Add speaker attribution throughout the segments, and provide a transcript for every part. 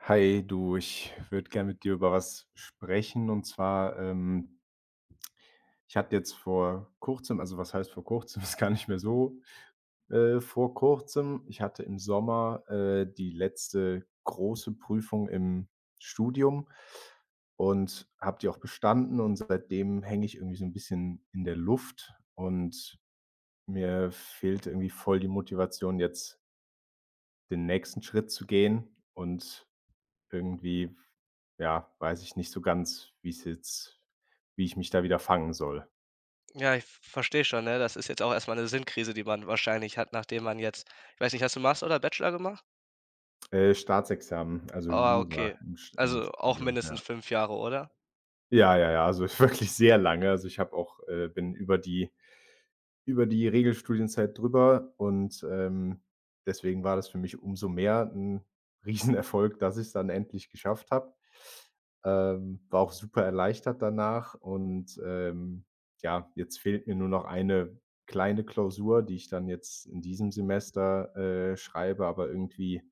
Speaker 1: Hi, du, ich würde gerne mit dir über was sprechen. Und zwar, ich hatte jetzt vor kurzem, also was heißt vor kurzem, ist gar nicht mehr so, vor kurzem, ich hatte im Sommer die letzte große Prüfung im Studium und habe die auch bestanden. Und seitdem hänge ich irgendwie so ein bisschen in der Luft und mir fehlt irgendwie voll die Motivation, jetzt den nächsten Schritt zu gehen. Und Irgendwie, ja, weiß ich nicht so ganz, wie ich mich da wieder fangen soll.
Speaker 2: Ja, ich verstehe schon, ne? Das ist jetzt auch erstmal eine Sinnkrise, die man wahrscheinlich hat, nachdem man jetzt, ich weiß nicht, hast du Master oder Bachelor gemacht?
Speaker 1: Staatsexamen, also
Speaker 2: Ah, okay.
Speaker 1: Jura im
Speaker 2: Also, auch
Speaker 1: Studium,
Speaker 2: mindestens
Speaker 1: ja.
Speaker 2: 5 Jahre, oder?
Speaker 1: Ja, ja, ja, also wirklich sehr lange. Also, ich habe auch bin über die Regelstudienzeit drüber und, deswegen war das für mich umso mehr ein Riesenerfolg, dass ich es dann endlich geschafft habe. War auch super erleichtert danach und, ja, jetzt fehlt mir nur noch eine kleine Klausur, die ich dann jetzt in diesem Semester, schreibe, aber irgendwie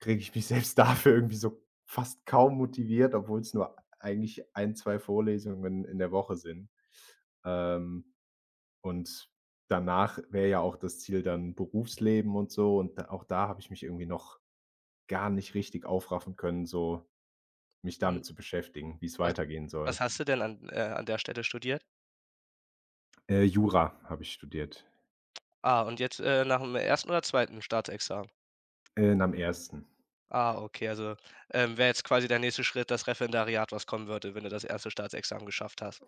Speaker 1: kriege ich mich selbst dafür irgendwie so fast kaum motiviert, obwohl es nur eigentlich ein 2 Vorlesungen in der Woche sind. Ähm, und danach wäre ja auch das Ziel dann Berufsleben und so da habe ich mich irgendwie noch gar nicht richtig aufraffen können, so mich
Speaker 2: Mhm.
Speaker 1: damit zu beschäftigen, wie es
Speaker 2: Was
Speaker 1: weitergehen
Speaker 2: was
Speaker 1: soll.
Speaker 2: hast du denn an an der Stelle studiert?
Speaker 1: Jura habe ich studiert,
Speaker 2: Ah, und jetzt, nach dem ersten oder zweiten Staatsexamen?
Speaker 1: in am ersten.
Speaker 2: Ah, okay, also, wäre jetzt quasi der nächste Schritt das Referendariat, was kommen würde, wenn du das erste Staatsexamen geschafft hast.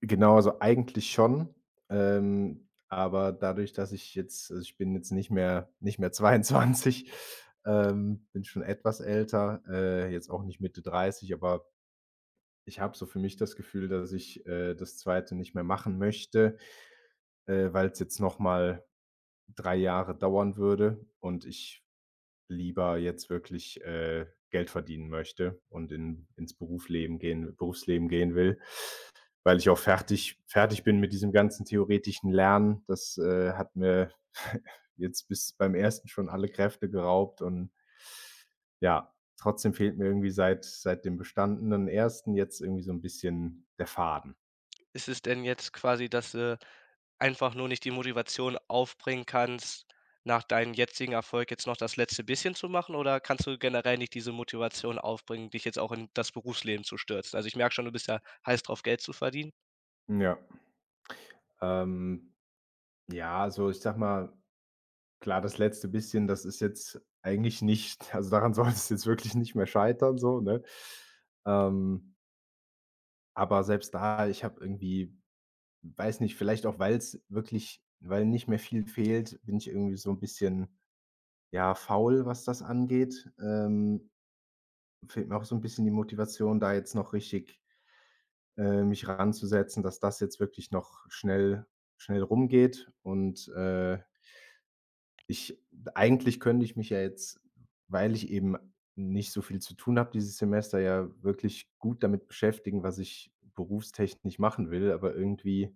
Speaker 1: Genau, also eigentlich schon, aber dadurch, dass ich jetzt also, ich bin jetzt nicht mehr 22, bin schon etwas älter, jetzt auch nicht Mitte 30, aber ich habe so für mich das Gefühl, dass ich das Zweite nicht mehr machen möchte. Weil es jetzt noch mal 3 Jahre dauern würde und ich lieber jetzt wirklich Geld verdienen möchte und in ins Berufsleben gehen will, weil ich auch fertig bin mit diesem ganzen theoretischen Lernen. Das hat mir jetzt bis beim ersten schon alle Kräfte geraubt und ja, trotzdem fehlt mir irgendwie seit dem bestandenen ersten jetzt irgendwie so ein bisschen der Faden.
Speaker 2: Ist es denn jetzt quasi, dass du einfach nur nicht die Motivation aufbringen kannst, nach deinem jetzigen Erfolg jetzt noch das letzte bisschen zu machen? Oder kannst du generell nicht diese Motivation aufbringen, dich jetzt auch in das Berufsleben zu stürzen? Also, ich merke schon, du bist ja heiß drauf, Geld zu verdienen.
Speaker 1: Ja, ähm, ja, also, ich sag mal klar, das letzte bisschen, das ist jetzt eigentlich nicht, also, daran soll es jetzt wirklich nicht mehr scheitern so, ne? Ähm, aber selbst da, ich habe irgendwie weiß nicht, vielleicht auch, weil nicht mehr viel fehlt, bin ich irgendwie so 'n bisschen, ja, faul, was das angeht. Fehlt mir auch so 'n bisschen die Motivation, da jetzt noch richtig, mich ranzusetzen, dass das jetzt wirklich noch schnell rumgeht und, Ich eigentlich könnte ich mich ja jetzt, weil ich eben nicht so viel zu tun habe dieses Semester, ja wirklich gut damit beschäftigen, was ich berufstechnisch machen will, aber irgendwie,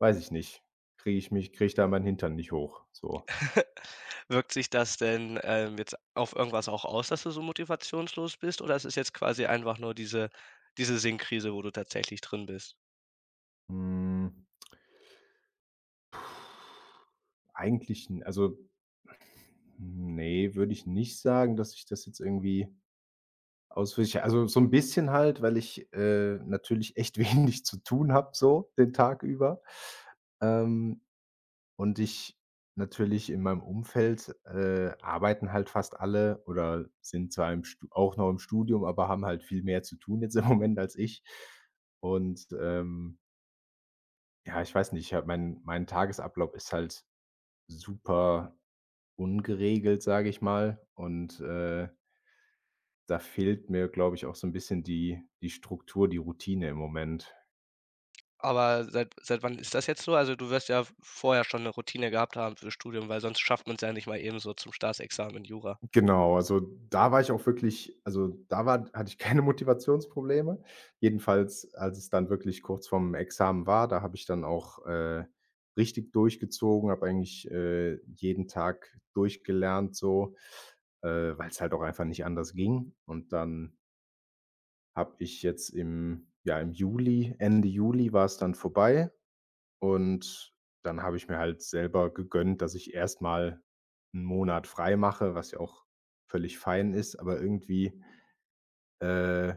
Speaker 1: weiß ich nicht, kriege ich da meinen Hintern nicht hoch, so.
Speaker 2: Wirkt sich das denn, jetzt auf irgendwas auch aus, dass du so motivationslos bist? Oder ist es jetzt quasi einfach nur diese Sinnkrise, wo du tatsächlich drin bist?
Speaker 1: Hm, eigentlich n also, nee, würde ich nicht sagen, dass ich das jetzt irgendwie auswirke. Also, so ein bisschen halt, weil ich natürlich echt wenig zu tun habe so den Tag über. Ähm Und ich natürlich in meinem Umfeld, arbeiten halt fast alle oder sind zwar im Stu auch noch im Studium, aber haben halt viel mehr zu tun jetzt im Moment als ich. Und, ja, ich weiß nicht, ich habe mein mein Tagesablauf ist halt super ungeregelt, sage ich mal. Und, da fehlt mir, glaube ich, auch so ein bisschen die Struktur, die Routine im Moment.
Speaker 2: Aber seit wann ist das jetzt so? Also, du wirst ja vorher schon eine Routine gehabt haben fürs Studium, weil sonst schafft man es ja nicht mal eben so zum Staatsexamen in Jura.
Speaker 1: Genau, also da war ich auch wirklich, also da war hatte ich keine Motivationsprobleme. Jedenfalls, als es dann wirklich kurz vorm Examen war, da habe ich dann auch, richtig durchgezogen, habe eigentlich, jeden Tag durchgelernt so, weil es halt auch einfach nicht anders ging. Und dann habe ich jetzt im Juli Ende Juli war es dann vorbei und dann habe ich mir halt selber gegönnt, dass ich erstmal einen Monat frei mache, was ja auch völlig fein ist, aber irgendwie, äh,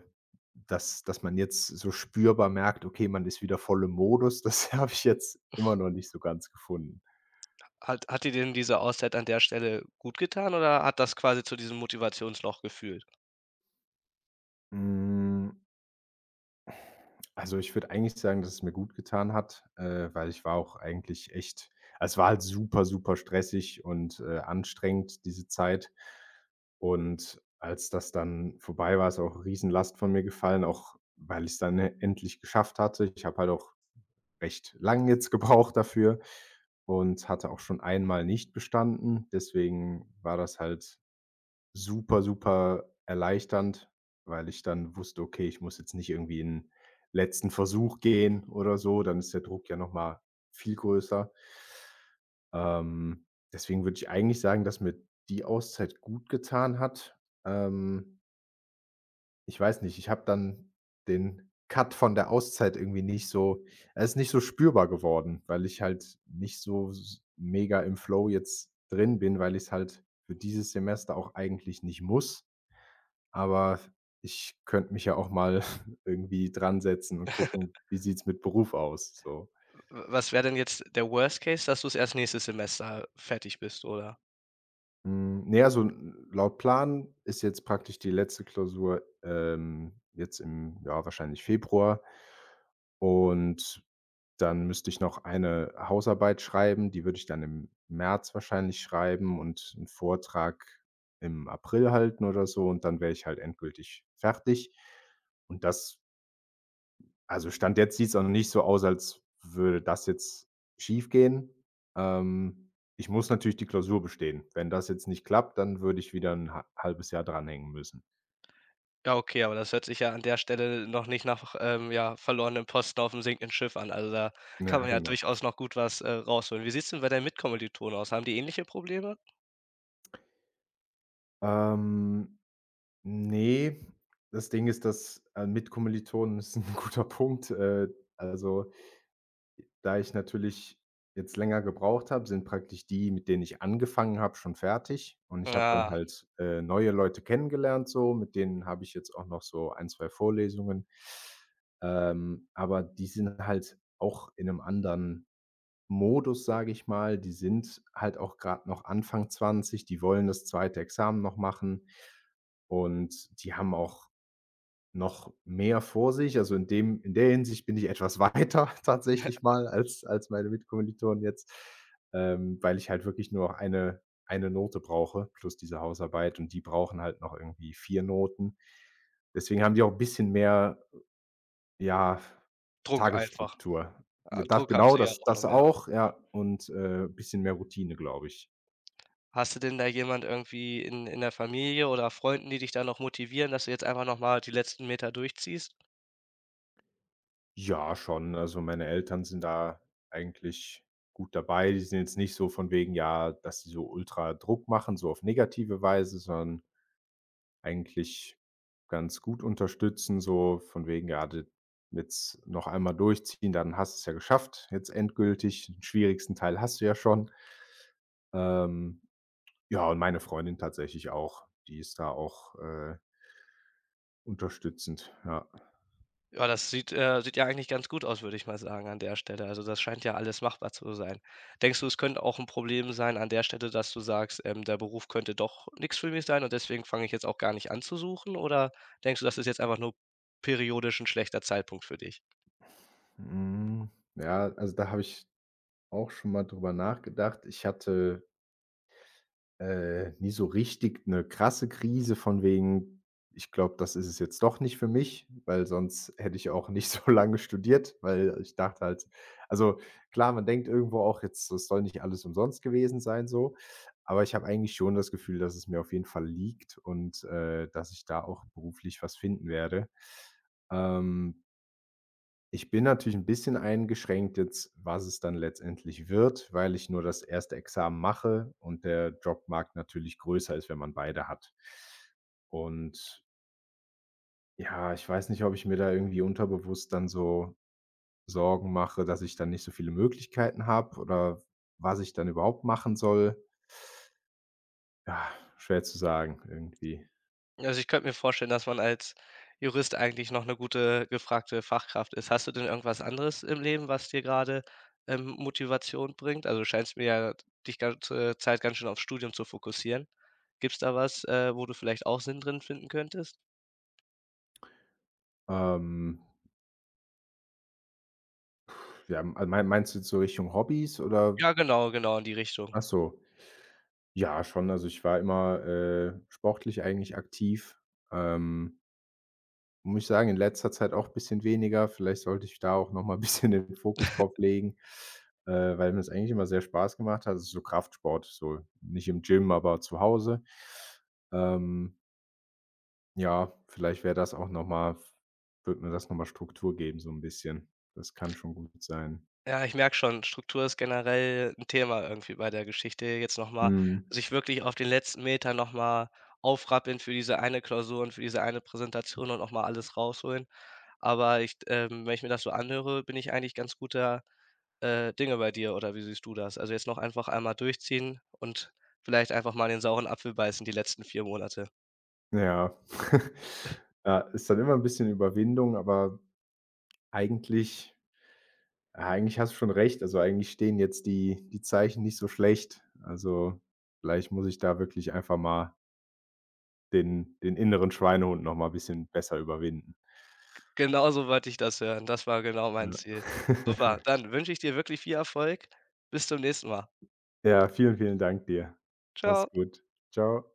Speaker 1: dass man jetzt so spürbar merkt: „Okay, man ist wieder voll im Modus“, das habe ich jetzt immer noch nicht so ganz gefunden.
Speaker 2: Hat dir denn diese Auszeit an der Stelle gut getan oder hat das quasi zu diesem Motivationsloch geführt?
Speaker 1: Hm. Also, ich würde eigentlich sagen, dass es mir gut getan hat, weil ich war auch eigentlich echt also, es war halt super, super stressig und, anstrengend, diese Zeit. Und als das dann vorbei war, ist auch eine Riesenlast von mir gefallen, auch weil ich es dann e endlich geschafft hatte. Ich habe halt auch recht lang jetzt gebraucht dafür und hatte auch schon einmal nicht bestanden. Deswegen war das halt super, super erleichternd, weil ich dann wusste: „Okay, ich muss jetzt nicht irgendwie in 'n letzten Versuch gehen oder so“, dann ist der Druck ja noch mal viel größer. Ähm, Deswegen würde ich eigentlich sagen, dass mir die Auszeit gut getan hat. Ähm, Ich weiß nicht, ich habe dann den Cut von der Auszeit irgendwie nicht so er ist nicht so spürbar geworden, weil ich halt nicht so s mega im Flow jetzt drin bin, weil ich es halt für dieses Semester auch eigentlich nicht muss. Aber ich könnte mich ja auch mal irgendwie dran setzen und gucken, wie sieht's mit Beruf aus, so.
Speaker 2: W was wäre denn jetzt der Worst Case, dass du es erst nächstes Semester fertig bist, oder?
Speaker 1: Hm, ne, also, n laut Plan ist jetzt praktisch die letzte Klausur, jetzt im, ja, wahrscheinlich Februar. Und dann müsste ich noch eine Hausarbeit schreiben, die würde ich dann im März wahrscheinlich schreiben und einen Vortrag im April halten oder so und dann wäre ich halt endgültig fertig. Und das, also, Stand jetzt sieht's auch noch nicht so aus, als würde das jetzt schiefgehen. Ähm, Ich muss natürlich die Klausur bestehen. Wenn das jetzt nicht klappt, dann würde ich wieder ein ha halbes Jahr dranhängen müssen.
Speaker 2: Ja, okay, aber das hört sich ja an der Stelle noch nicht nach, ja, verlorenem Posten auf dem sinkenden Schiff an. Also, da kann
Speaker 1: Ja,
Speaker 2: man ja
Speaker 1: genau.
Speaker 2: durchaus noch gut was, rausholen. Wie sieht's denn bei deinen Mitkommilitonen aus? Haben die ähnliche Probleme?
Speaker 1: Ähm, ne, das Ding ist, dass, mit Kommilitonen ist ein guter Punkt. Also, da ich natürlich jetzt länger gebraucht habe, sind praktisch die, mit denen ich angefangen habe, schon fertig und ich habe dann
Speaker 2: Ja,
Speaker 1: halt, neue Leute kennengelernt so, mit denen habe ich jetzt auch noch so ein 2 Vorlesungen. Aber die sind halt auch in einem anderen Modus, sage ich mal. Die sind halt auch gerade noch Anfang 20, die wollen das zweite Examen noch machen und die haben auch noch mehr vor sich. Also, in der Hinsicht bin ich etwas weiter tatsächlich mal als meine Mitkommilitonen jetzt, weil ich halt wirklich nur noch eine Note brauche plus diese Hausarbeit und die brauchen halt noch irgendwie 4 Noten. Deswegen haben die auch 'n bisschen mehr, ja,
Speaker 2: Druck einfach.
Speaker 1: Tagesstruktur. Ja,
Speaker 2: Ah,
Speaker 1: das
Speaker 2: Druck haben
Speaker 1: genau,
Speaker 2: sie ja auch noch,
Speaker 1: das
Speaker 2: mehr.
Speaker 1: auch, ja, und, ein bisschen mehr Routine, glaube ich.
Speaker 2: Hast du denn da jemand irgendwie in der Familie oder Freunden, die dich da noch motivieren, dass du jetzt einfach noch mal die letzten Meter durchziehst?
Speaker 1: Ja, schon. Also, meine Eltern sind da eigentlich gut dabei. Die sind jetzt nicht so von wegen, ja, dass sie so ultra Druck machen, so auf negative Weise, sondern eigentlich ganz gut unterstützen, so von wegen, ja, d jetzt noch einmal durchziehen, dann hast du es ja geschafft, jetzt endgültig. Den schwierigsten Teil hast du ja schon. Ähm, ja, und meine Freundin tatsächlich auch. Die ist da auch, unterstützend, ja.
Speaker 2: Ja, das sieht, sieht ja eigentlich ganz gut aus, würde ich mal sagen an der Stelle. Also, das scheint ja alles machbar zu sein. Denkst du, es könnte auch ein Problem sein an der Stelle, dass du sagst, „Der Beruf könnte doch nichts für mich sein und deswegen fange ich jetzt auch gar nicht an zu suchen“, oder denkst du, das ist jetzt einfach nur periodisch ein schlechter Zeitpunkt für dich?
Speaker 1: Hm, ja, also, da habe ich auch schon mal drüber nachgedacht. Ich hatte, nie so richtig eine krasse Krise von wegen: „Ich glaube, das ist es jetzt doch nicht für mich“, weil sonst hätte ich auch nicht so lange studiert, weil ich dachte halt, also klar, man denkt irgendwo auch jetzt, das soll nicht alles umsonst gewesen sein so, aber ich habe eigentlich schon das Gefühl, dass es mir auf jeden Fall liegt und, dass ich da auch beruflich was finden werde. Ähm, Ich bin natürlich ein bisschen eingeschränkt jetzt, was es dann letztendlich wird, weil ich nur das erste Examen mache und der Jobmarkt natürlich größer ist, wenn man beide hat. Und ja, ich weiß nicht, ob ich mir da irgendwie unterbewusst dann so Sorgen mache, dass ich dann nicht so viele Möglichkeiten habe oder was ich dann überhaupt machen soll. Ja, schwer zu sagen irgendwie.
Speaker 2: Also, ich könnte mir vorstellen, dass man als Jurist eigentlich noch eine gute, gefragte Fachkraft ist. Hast du denn irgendwas anderes im Leben, was dir gerade Motivation bringt? Also, du scheinst mir ja dich ganze Zeit ganz schön aufs Studium zu fokussieren. Gibt's da was, wo du vielleicht auch Sinn drin finden könntest?
Speaker 1: Ähm, ja, meinst du jetzt so Richtung Hobbys oder
Speaker 2: Ja, genau, genau, in die Richtung.
Speaker 1: ach so. Ja, schon. Also, ich war immer, sportlich eigentlich aktiv. Ähm, Muss ich sagen, in letzter Zeit auch ein bisschen weniger. Vielleicht sollte ich da auch noch mal bisschen den Fokus drauf legen, weil mir das eigentlich immer sehr Spaß gemacht hat. Also, so Kraftsport, so nicht im Gym, aber zu Hause. Ähm, ja, vielleicht wäre das auch noch mal f würde mir das noch mal Struktur geben so ein bisschen. Das kann schon gut sein.
Speaker 2: Ja, ich merke schon, Struktur ist generell ein Thema irgendwie bei der Geschichte. Jetzt nochmal. Mal
Speaker 1: Mhm.
Speaker 2: Sich wirklich auf den letzten Meter nochmal mal aufrappeln für diese eine Klausur und für diese eine Präsentation und nochmal alles rausholen. Aber ich, wenn ich mir das so anhöre, bin ich eigentlich ganz guter, Dinge bei dir, oder wie siehst du das? Also, jetzt noch einfach einmal durchziehen und vielleicht einfach mal in den sauren Apfel beißen die letzten 4 Monate.
Speaker 1: Ja. Ja, ist dann immer ein bisschen Überwindung, aber eigentlich ja, eigentlich hast du schon recht. Also, eigentlich stehen jetzt die Zeichen nicht so schlecht. Also, vielleicht muss ich da wirklich einfach mal den inneren Schweinehund noch mal ein bisschen besser überwinden.
Speaker 2: Genau so wollte ich das hören. Das war genau mein
Speaker 1: Ja.
Speaker 2: Ziel. Super, dann wünsche ich dir wirklich viel Erfolg. Bis zum nächsten Mal.
Speaker 1: Ja, vielen, vielen Dank dir. Mach's
Speaker 2: Ciao.
Speaker 1: gut. Ciao.